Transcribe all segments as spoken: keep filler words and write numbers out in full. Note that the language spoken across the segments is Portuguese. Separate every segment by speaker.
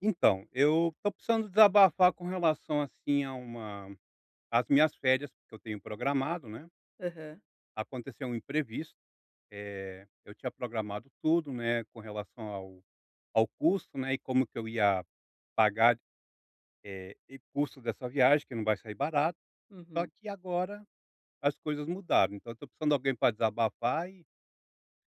Speaker 1: Então, eu tô precisando desabafar com relação, assim, a uma as minhas férias que eu tenho programado, né.
Speaker 2: Aham,
Speaker 1: Aconteceu um imprevisto, eh, eu tinha programado tudo, né, com relação ao ao custo, né, e como que eu ia pagar, eh, e custo dessa viagem, que não vai sair barato. Só
Speaker 2: uhum.
Speaker 1: que agora as coisas mudaram, então eu tô precisando de alguém para desabafar e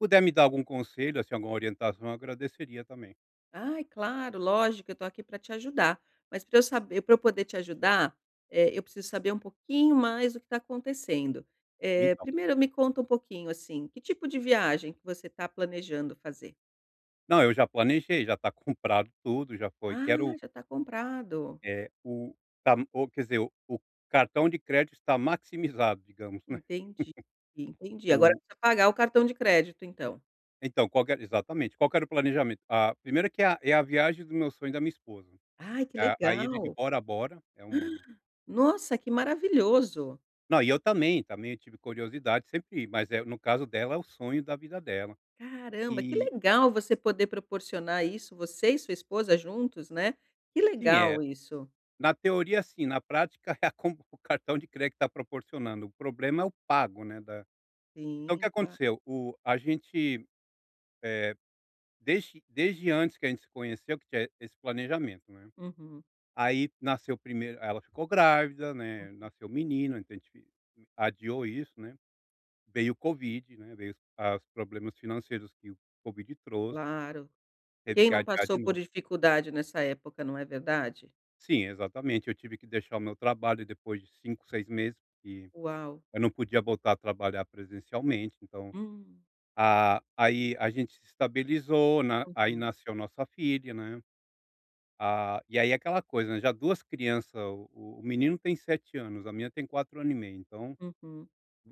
Speaker 1: puder me dar algum conselho, assim, alguma orientação, eu agradeceria também.
Speaker 2: Ai, claro, lógico, eu estou aqui para te ajudar. Mas para eu saber para eu poder te ajudar, eh, eu preciso saber um pouquinho mais do que está acontecendo. Eh,
Speaker 1: Então
Speaker 2: primeiro me conta um pouquinho, assim, que tipo de viagem que você está planejando fazer?
Speaker 1: não, eu já planejei, já está comprado tudo, já foi.
Speaker 2: Ah,
Speaker 1: Quero
Speaker 2: já está comprado.
Speaker 1: É, o tá o quer dizer, o o cartão de crédito está maximizado, digamos, né.
Speaker 2: Entendi, entendi. Agora
Speaker 1: O
Speaker 2: precisa pagar o cartão de crédito, então.
Speaker 1: Então, qual que era exatamente, qual que era o planejamento? A primeira que é a é a viagem do meu sonho da minha esposa,
Speaker 2: Ai, que
Speaker 1: a a ilha de
Speaker 2: legal.
Speaker 1: Bora Bora, é uma
Speaker 2: Nossa, que maravilhoso.
Speaker 1: não, e eu também, também eu tive curiosidade, sempre mas é no caso dela, é o sonho da vida dela.
Speaker 2: Caramba, que
Speaker 1: E
Speaker 2: legal você poder proporcionar isso, você e sua esposa juntos, né. Que
Speaker 1: sim, é,
Speaker 2: legal isso.
Speaker 1: na teoria sim, na prática é como o cartão de crédito está proporcionando, o problema é o pago, né, da então o que
Speaker 2: Sim, claro.
Speaker 1: aconteceu, o a gente, eh desde desde antes que a gente se conheceu que tinha esse planejamento, né.
Speaker 2: Uhum.
Speaker 1: Aí nasceu primeiro ela ficou grávida, né,
Speaker 2: Hum.
Speaker 1: nasceu o menino, então a gente fi adiou isso, né. Veio o Covid, né, veio os problemas financeiros que o Covid trouxe,
Speaker 2: Claro.
Speaker 1: teve
Speaker 2: Quem
Speaker 1: que
Speaker 2: não
Speaker 1: adiar de
Speaker 2: passou por
Speaker 1: novo.
Speaker 2: dificuldade nessa época, não é verdade?
Speaker 1: Sim, exatamente, eu tive que deixar o meu trabalho depois de cinco, seis meses, porque
Speaker 2: Uau.
Speaker 1: eu não podia voltar a trabalhar presencialmente, então,
Speaker 2: Hum.
Speaker 1: ah, aí a gente se estabilizou, na aí
Speaker 2: Uhum,
Speaker 1: nasceu nossa filha, né. Ah, e aí é aquela coisa, né, já duas crianças o o menino tem sete anos, a minha tem quatro anos e meio, então
Speaker 2: uhum,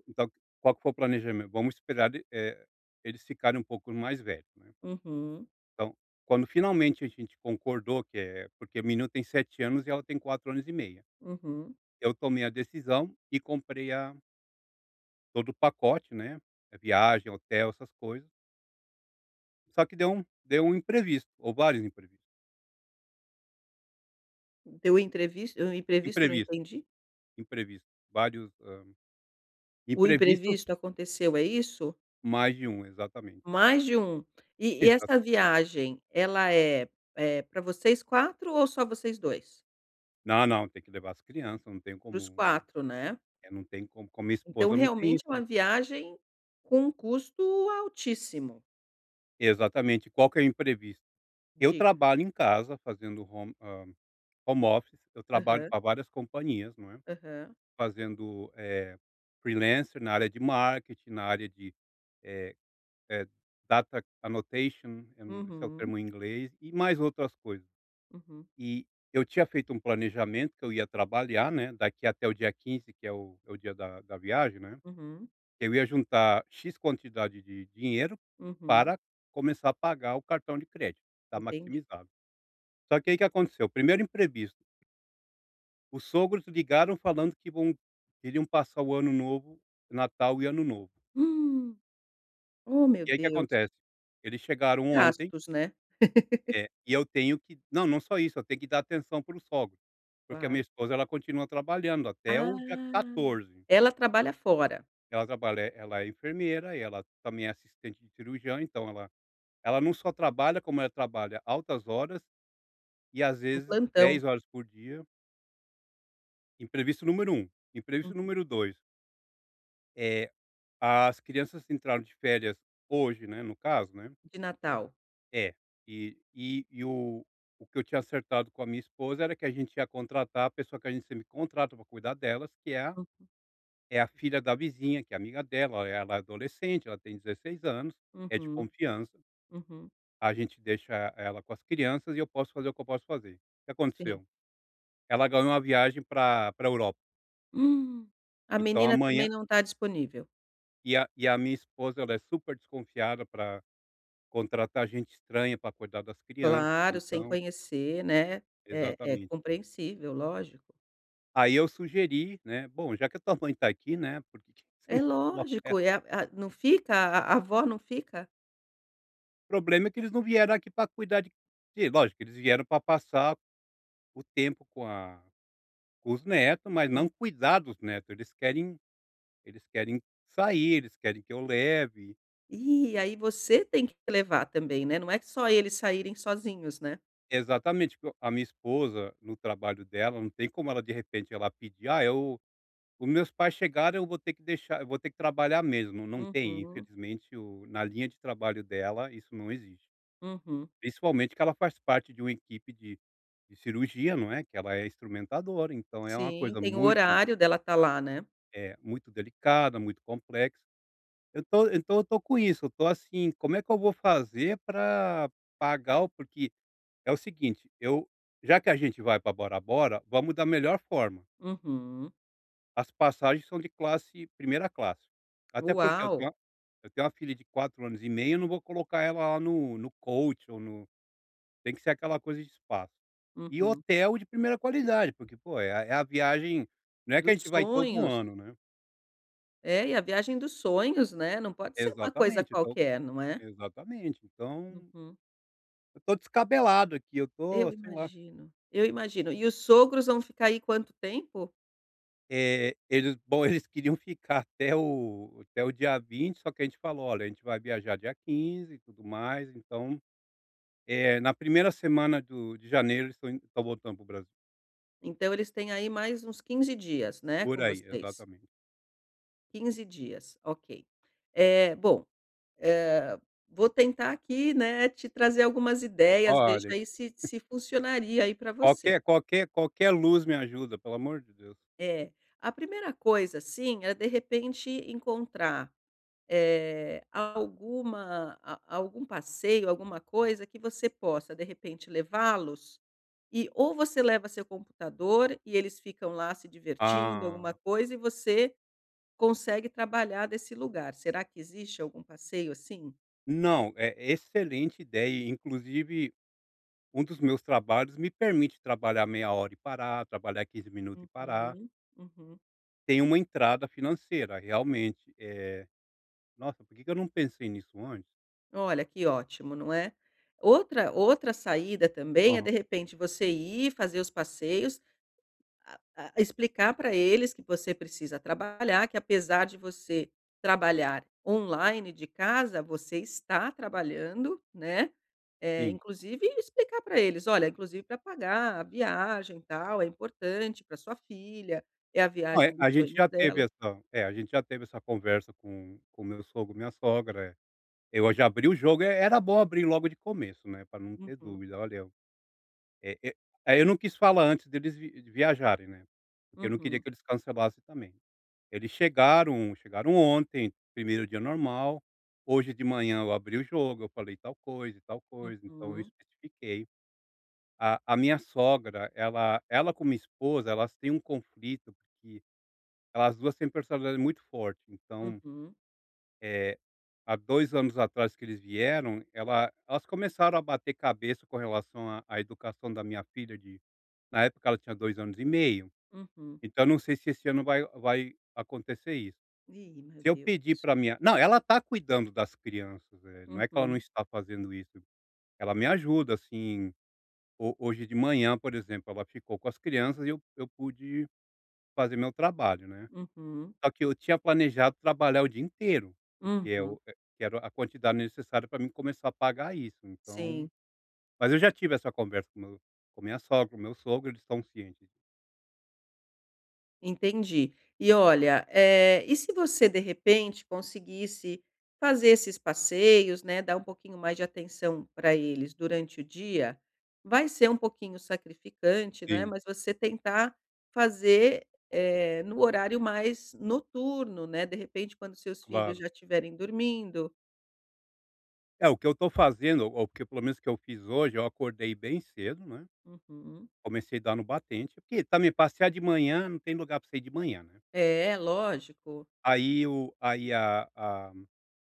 Speaker 1: então qual que foi o planejamento? Vamos esperar eh, eles ficarem um pouco mais velhos, né.
Speaker 2: uhum,
Speaker 1: Então, quando finalmente a gente concordou que é porque o menino tem sete anos e ela tem quatro anos e meia,
Speaker 2: uhum.
Speaker 1: eu tomei a decisão e comprei a todo o pacote, né, a viagem, hotel, essas coisas, só que deu um deu um imprevisto, ou vários imprevistos.
Speaker 2: Deu entrevis o imprevisto eu não
Speaker 1: Imprevisto,
Speaker 2: entendi.
Speaker 1: imprevisto, vários, hã,
Speaker 2: O
Speaker 1: imprevistos,
Speaker 2: imprevisto aconteceu, é isso?
Speaker 1: mais de um, exatamente.
Speaker 2: Mais de um. E e
Speaker 1: Exato.
Speaker 2: essa viagem, ela é, eh, pra vocês quatro ou só vocês dois?
Speaker 1: Não, não, tem que levar as crianças, não tem
Speaker 2: Para os
Speaker 1: como
Speaker 2: quatro, né?
Speaker 1: eh, não tem como com a minha
Speaker 2: Então,
Speaker 1: esposa não tem
Speaker 2: realmente
Speaker 1: isso
Speaker 2: é uma
Speaker 1: não.
Speaker 2: viagem com um custo altíssimo,
Speaker 1: Exatamente, qual que é o imprevisto? Eu
Speaker 2: diga.
Speaker 1: trabalho em casa fazendo home hã, home office, eu trabalho
Speaker 2: Aham,
Speaker 1: para várias companhias, não é,
Speaker 2: aham.
Speaker 1: fazendo, eh, freelancer na área de marketing, na área de, eh eh, data annotation, eu não esse é o
Speaker 2: Uhum,
Speaker 1: termo em inglês, e mais outras coisas.
Speaker 2: uhum,
Speaker 1: E eu tinha feito um planejamento que eu ia trabalhar, né, daqui até o dia quinze que é o é o dia da da viagem, né.
Speaker 2: uhum,
Speaker 1: Eu ia juntar "x" quantidade de dinheiro
Speaker 2: uhum,
Speaker 1: para começar a pagar o cartão de crédito, tá
Speaker 2: entendi.
Speaker 1: maximizado. Só que aí que aconteceu, primeiro imprevisto, os sogros ligaram falando que vão iriam passar o ano novo, Natal e Ano Novo.
Speaker 2: Hum, oh meu
Speaker 1: E aí que
Speaker 2: Deus,
Speaker 1: acontece, eles chegaram ontem
Speaker 2: gastos, né,
Speaker 1: é, e eu tenho que não, não só isso, eu tenho que dar atenção para os sogros, porque a minha
Speaker 2: claro.
Speaker 1: esposa ela continua trabalhando até o dia
Speaker 2: Ah,
Speaker 1: catorze.
Speaker 2: ela trabalha fora,
Speaker 1: Ela trabalha ela é enfermeira e ela também é assistente de cirurgião, então ela ela não só trabalha, como ela trabalha altas horas e às
Speaker 2: em
Speaker 1: vezes
Speaker 2: plantão,
Speaker 1: dez horas por dia. Imprevisto número um, imprevisto
Speaker 2: hum,
Speaker 1: número dois. eh, as crianças entraram de férias hoje, né, no caso, né.
Speaker 2: de Natal.
Speaker 1: É, e e e o o que eu tinha acertado com a minha esposa era que a gente ia contratar a pessoa que a gente sempre contrata para cuidar delas, que é a
Speaker 2: Hum,
Speaker 1: é a filha da vizinha, que é amiga dela, ela é adolescente, ela tem dezesseis anos, é de
Speaker 2: uhum,
Speaker 1: confiança.
Speaker 2: uhum,
Speaker 1: A gente deixa ela com as crianças e eu posso fazer o que eu posso fazer. O que
Speaker 2: sim.
Speaker 1: aconteceu? Ela ganhou uma viagem para para Europa.
Speaker 2: Hum, a
Speaker 1: Então
Speaker 2: menina
Speaker 1: amanhã
Speaker 2: também não está disponível.
Speaker 1: e a e a minha esposa, ela é super desconfiada para contratar gente estranha para cuidar das crianças,
Speaker 2: Claro, sem
Speaker 1: então
Speaker 2: conhecer, né, é é
Speaker 1: exatamente.
Speaker 2: compreensível, lógico.
Speaker 1: Aí eu sugeri, né: "Bom, já que a tua mãe tá aqui, né, por que que você
Speaker 2: É
Speaker 1: não coloca
Speaker 2: lógico, é
Speaker 1: ela?"
Speaker 2: a a não fica a a avó não fica?
Speaker 1: O problema é que eles não vieram aqui para cuidar de de lógico, eles vieram para passar o tempo com a com os netos, mas
Speaker 2: Hum.
Speaker 1: não cuidar dos netos. Eles querem eles querem sair, eles querem que eu leve
Speaker 2: Ih, aí você tem que levar também, né, não é que só eles saírem sozinhos, né.
Speaker 1: exatamente, porque a minha esposa, no trabalho dela, não tem como ela de repente ela pedir: "Ah, eu os meus pais chegaram, eu vou ter que deixar eu vou ter que trabalhar mesmo", não tem,
Speaker 2: Uhum,
Speaker 1: infelizmente o na linha de trabalho dela isso não existe.
Speaker 2: uhum.
Speaker 1: Principalmente que ela faz parte de uma equipe de de cirurgia, não é, que ela é instrumentadora, então é uma
Speaker 2: Sim,
Speaker 1: coisa
Speaker 2: tem o
Speaker 1: muito,
Speaker 2: horário dela estar lá, né.
Speaker 1: é muito delicada, muito complexa. Eu tô então eu tô com isso, eu tô assim, como é que eu vou fazer para pagar o porque é o seguinte, eu já que a gente vai para Bora Bora, vamos da melhor forma.
Speaker 2: Uhum.
Speaker 1: As passagens são de classe primeira classe. Até porque eu
Speaker 2: Uau!
Speaker 1: tenho uma eu tenho uma filha de quatro anos e meio, eu não vou colocar ela lá no no coach ou no tem que ser aquela coisa de espaço. E
Speaker 2: Uhum.
Speaker 1: hotel de primeira qualidade, porque, pô, é a é a viagem não é que a
Speaker 2: Dos
Speaker 1: gente vai todo
Speaker 2: sonhos.
Speaker 1: ano, né.
Speaker 2: É, e a viagem dos sonhos, né, não pode ser uma coisa
Speaker 1: Exatamente, então
Speaker 2: qualquer, não é.
Speaker 1: exatamente. Então,
Speaker 2: Uhum.
Speaker 1: eu tô descabelado aqui, eu
Speaker 2: Eu
Speaker 1: tô, sei lá
Speaker 2: imagino, eu imagino. E os sogros vão ficar aí quanto tempo?
Speaker 1: Eh, eles bom, eles queriam ficar até o até o dia vinte só que a gente falou: "Olha, a gente vai viajar dia quinze e tudo mais", então, eh, na primeira semana do de janeiro eles estão indo estão voltando para o Brasil.
Speaker 2: Então eles têm aí mais uns quinze dias, né,
Speaker 1: Por
Speaker 2: com
Speaker 1: aí,
Speaker 2: vocês?
Speaker 1: exatamente.
Speaker 2: Quinze dias, ok. É bom, eh, vou tentar aqui, né, te trazer algumas ideias, veja
Speaker 1: Olha,
Speaker 2: aí se se funcionaria aí para você.
Speaker 1: qualquer qualquer qualquer luz me ajuda, pelo amor de Deus.
Speaker 2: É, a primeira coisa, sim, é de repente encontrar, eh, alguma a algum passeio, alguma coisa que você possa, de repente, levá-los e ou você leva seu computador e eles ficam lá se divertindo, alguma
Speaker 1: Ah,
Speaker 2: coisa, e você consegue trabalhar desse lugar. Será que existe algum passeio assim?
Speaker 1: não, é excelente ideia, inclusive um dos meus trabalhos me permite trabalhar meia hora e parar, trabalhar quinze minutos e parar.
Speaker 2: Uhum, uhum.
Speaker 1: Tem uma entrada financeira, realmente, eh nossa, por que que eu não pensei nisso antes?
Speaker 2: Olha, que ótimo, não é? Outra outra saída também é,
Speaker 1: Aham,
Speaker 2: de repente, você ir fazer os passeios, a a explicar para eles que você precisa trabalhar, que apesar de você trabalhar online de casa, você está trabalhando, né, é
Speaker 1: sim.
Speaker 2: inclusive explicar para eles: "Olha, inclusive para pagar a viagem, e tal, é importante para sua filha, é a
Speaker 1: Não, é,
Speaker 2: viagem dos
Speaker 1: a gente
Speaker 2: sonhos
Speaker 1: já teve
Speaker 2: dela".
Speaker 1: essa é, a gente já teve essa conversa com com meu sogro, minha sogra, eh, eu já abri o jogo, eh, era bom abrir logo de começo, né, pra não ter
Speaker 2: Uhum,
Speaker 1: dúvida, olha, eh eh, aí eu não quis falar antes deles vi viajarem, né, porque eu não queria
Speaker 2: uhum,
Speaker 1: que eles cancelassem também. Eles chegaram chegaram ontem, primeiro dia normal, hoje de manhã eu abri o jogo, eu falei tal coisa e tal coisa, então eu
Speaker 2: uhum,
Speaker 1: especifiquei. A a minha sogra, ela ela com minha esposa, elas têm um conflito, porque elas duas têm personalidade muito forte, então,
Speaker 2: uhum,
Speaker 1: eh, há dois anos atrás que eles vieram, ela elas começaram a bater cabeça com relação à à educação da minha filha de na época ela tinha dois anos e meio,
Speaker 2: uhum.
Speaker 1: então eu não sei se esse ano vai vai acontecer isso.
Speaker 2: Ih, meu
Speaker 1: Se eu
Speaker 2: Deus.
Speaker 1: pedir para minha não, ela está cuidando das crianças, eh, não é que ela não
Speaker 2: Uhum,
Speaker 1: está fazendo isso, ela me ajuda, assim ho hoje de manhã, por exemplo, ela ficou com as crianças e eu eu pude fazer meu trabalho, né.
Speaker 2: uhum,
Speaker 1: Só que eu tinha planejado trabalhar o dia inteiro, porque
Speaker 2: uhum.
Speaker 1: eu eh, que era a quantidade necessária para mim começar a pagar isso, então
Speaker 2: Sim,
Speaker 1: mas eu já tive essa conversa com meu com minha sogra, com meu sogro, eles estão cientes.
Speaker 2: entendi. E olha, eh, e se você de repente conseguisse fazer esses passeios, né, dar um pouquinho mais de atenção para eles durante o dia, vai ser um pouquinho sacrificante, né,
Speaker 1: Sim,
Speaker 2: mas você tentar fazer, eh, no horário mais noturno, né, de repente quando seus filhos
Speaker 1: claro.
Speaker 2: já estiverem dormindo.
Speaker 1: É, o que eu estou fazendo, ou o que pelo menos que eu fiz hoje, eu acordei bem cedo, né,
Speaker 2: Uhum.
Speaker 1: comecei a dar no batente, porque também passear de manhã não tem lugar para sair de manhã, né.
Speaker 2: É, lógico.
Speaker 1: Aí o aí a a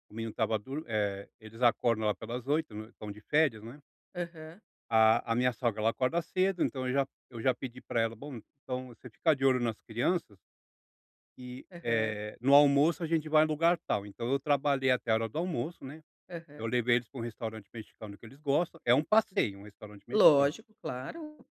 Speaker 1: o menino estava dur eh, eles acordam lá pelas oito, né, estão de férias, né.
Speaker 2: Aham,
Speaker 1: A a minha sogra, ela acorda cedo, então eu já eu já pedi para ela: "Bom, então você fica de olho nas crianças e
Speaker 2: aham,
Speaker 1: eh, no almoço a gente vai em lugar tal". Então eu trabalhei até a hora do almoço, né, eu
Speaker 2: aham.
Speaker 1: levei eles para um restaurante mexicano que eles gostam, é um passeio, um restaurante mexicano.
Speaker 2: Lógico, claro.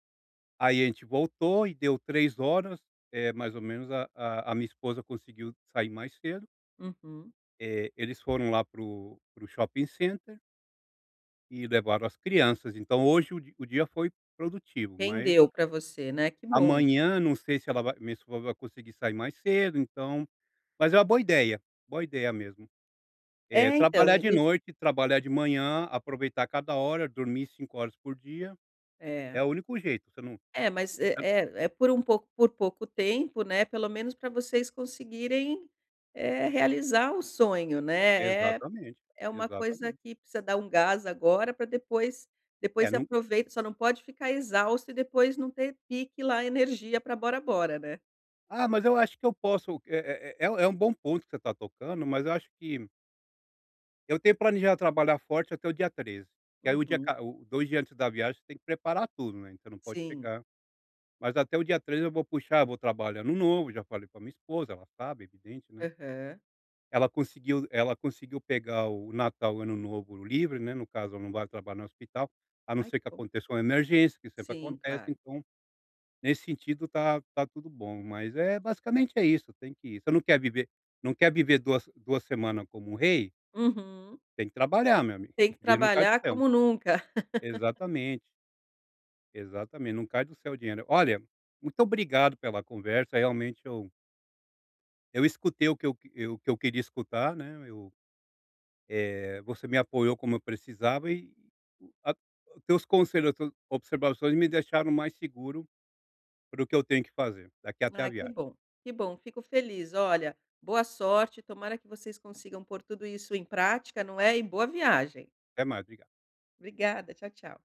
Speaker 1: Aí a gente voltou e deu três horas, eh, mais ou menos a a a minha esposa conseguiu sair mais cedo.
Speaker 2: Uhum.
Speaker 1: Eh, eles foram lá para o shopping center e levaram as crianças, então hoje o di o dia foi produtivo, mas
Speaker 2: Rendeu para você, né, que bom.
Speaker 1: amanhã não sei se ela vai minha esposa vai conseguir sair mais cedo, então mas é uma boa ideia, boa ideia mesmo. Eh,
Speaker 2: É, então,
Speaker 1: trabalhar
Speaker 2: e
Speaker 1: de
Speaker 2: nos
Speaker 1: noite, trabalhar de manhã, aproveitar cada hora, dormir cinco horas por dia, é
Speaker 2: é.
Speaker 1: o único jeito, você não
Speaker 2: É, mas é é é por um pouco por pouco tempo, né, pelo menos para vocês conseguirem, eh, realizar o sonho,
Speaker 1: você
Speaker 2: né. É
Speaker 1: exatamente,
Speaker 2: é uma coisa
Speaker 1: exatamente.
Speaker 2: que precisa dar um gás agora para depois depois
Speaker 1: É,
Speaker 2: você
Speaker 1: não
Speaker 2: aproveita, só não pode ficar exausto e depois não ter pique lá, energia para bora bora, né.
Speaker 1: ah, mas eu acho que eu posso, eh eh eh, é um é um bom ponto que você está tocando, mas eu acho que eu tenho planejado trabalhar forte até o dia treze, que aí o dia
Speaker 2: Uhum.
Speaker 1: ca o dois dias antes da viagem você tem que preparar tudo, né, então não pode
Speaker 2: Sim.
Speaker 1: chegar mas até o dia treze eu vou puxar, vou trabalhar no novo, já falei para minha esposa, ela sabe, evidente, né.
Speaker 2: Aham.
Speaker 1: Ela conseguiu ela conseguiu pegar o Natal, o Ano Novo livre, né, no caso ela não vai trabalhar no hospital, a não
Speaker 2: Ai,
Speaker 1: ser
Speaker 2: que
Speaker 1: que
Speaker 2: bom.
Speaker 1: aconteça uma emergência, que sempre
Speaker 2: Sim,
Speaker 1: acontece,
Speaker 2: claro.
Speaker 1: então, nesse sentido tá tá tudo bom, mas é basicamente é isso, tem que você não quer viver não quer viver duas 2 semanas como um rei,
Speaker 2: Uhum.
Speaker 1: tem que trabalhar meu amigo,
Speaker 2: Tem que
Speaker 1: dinheiro não cai do
Speaker 2: trabalhar
Speaker 1: céu.
Speaker 2: como nunca.
Speaker 1: Exatamente, exatamente, não cai do céu o dinheiro. Olha, muito obrigado pela conversa, realmente eu eu escutei o que eu que eu que eu queria escutar, né, eu, eh, você me apoiou como eu precisava e o- a os teus conselhos, as tuas observações me deixaram mais seguro para o que eu tenho que fazer, daqui até a
Speaker 2: Ah, que
Speaker 1: viagem.
Speaker 2: bom, que bom, fico feliz. Olha, boa sorte, tomara que vocês consigam pôr tudo isso em prática, não é? E boa viagem.
Speaker 1: Até mais, obrigado.
Speaker 2: Obrigada, tchau, tchau.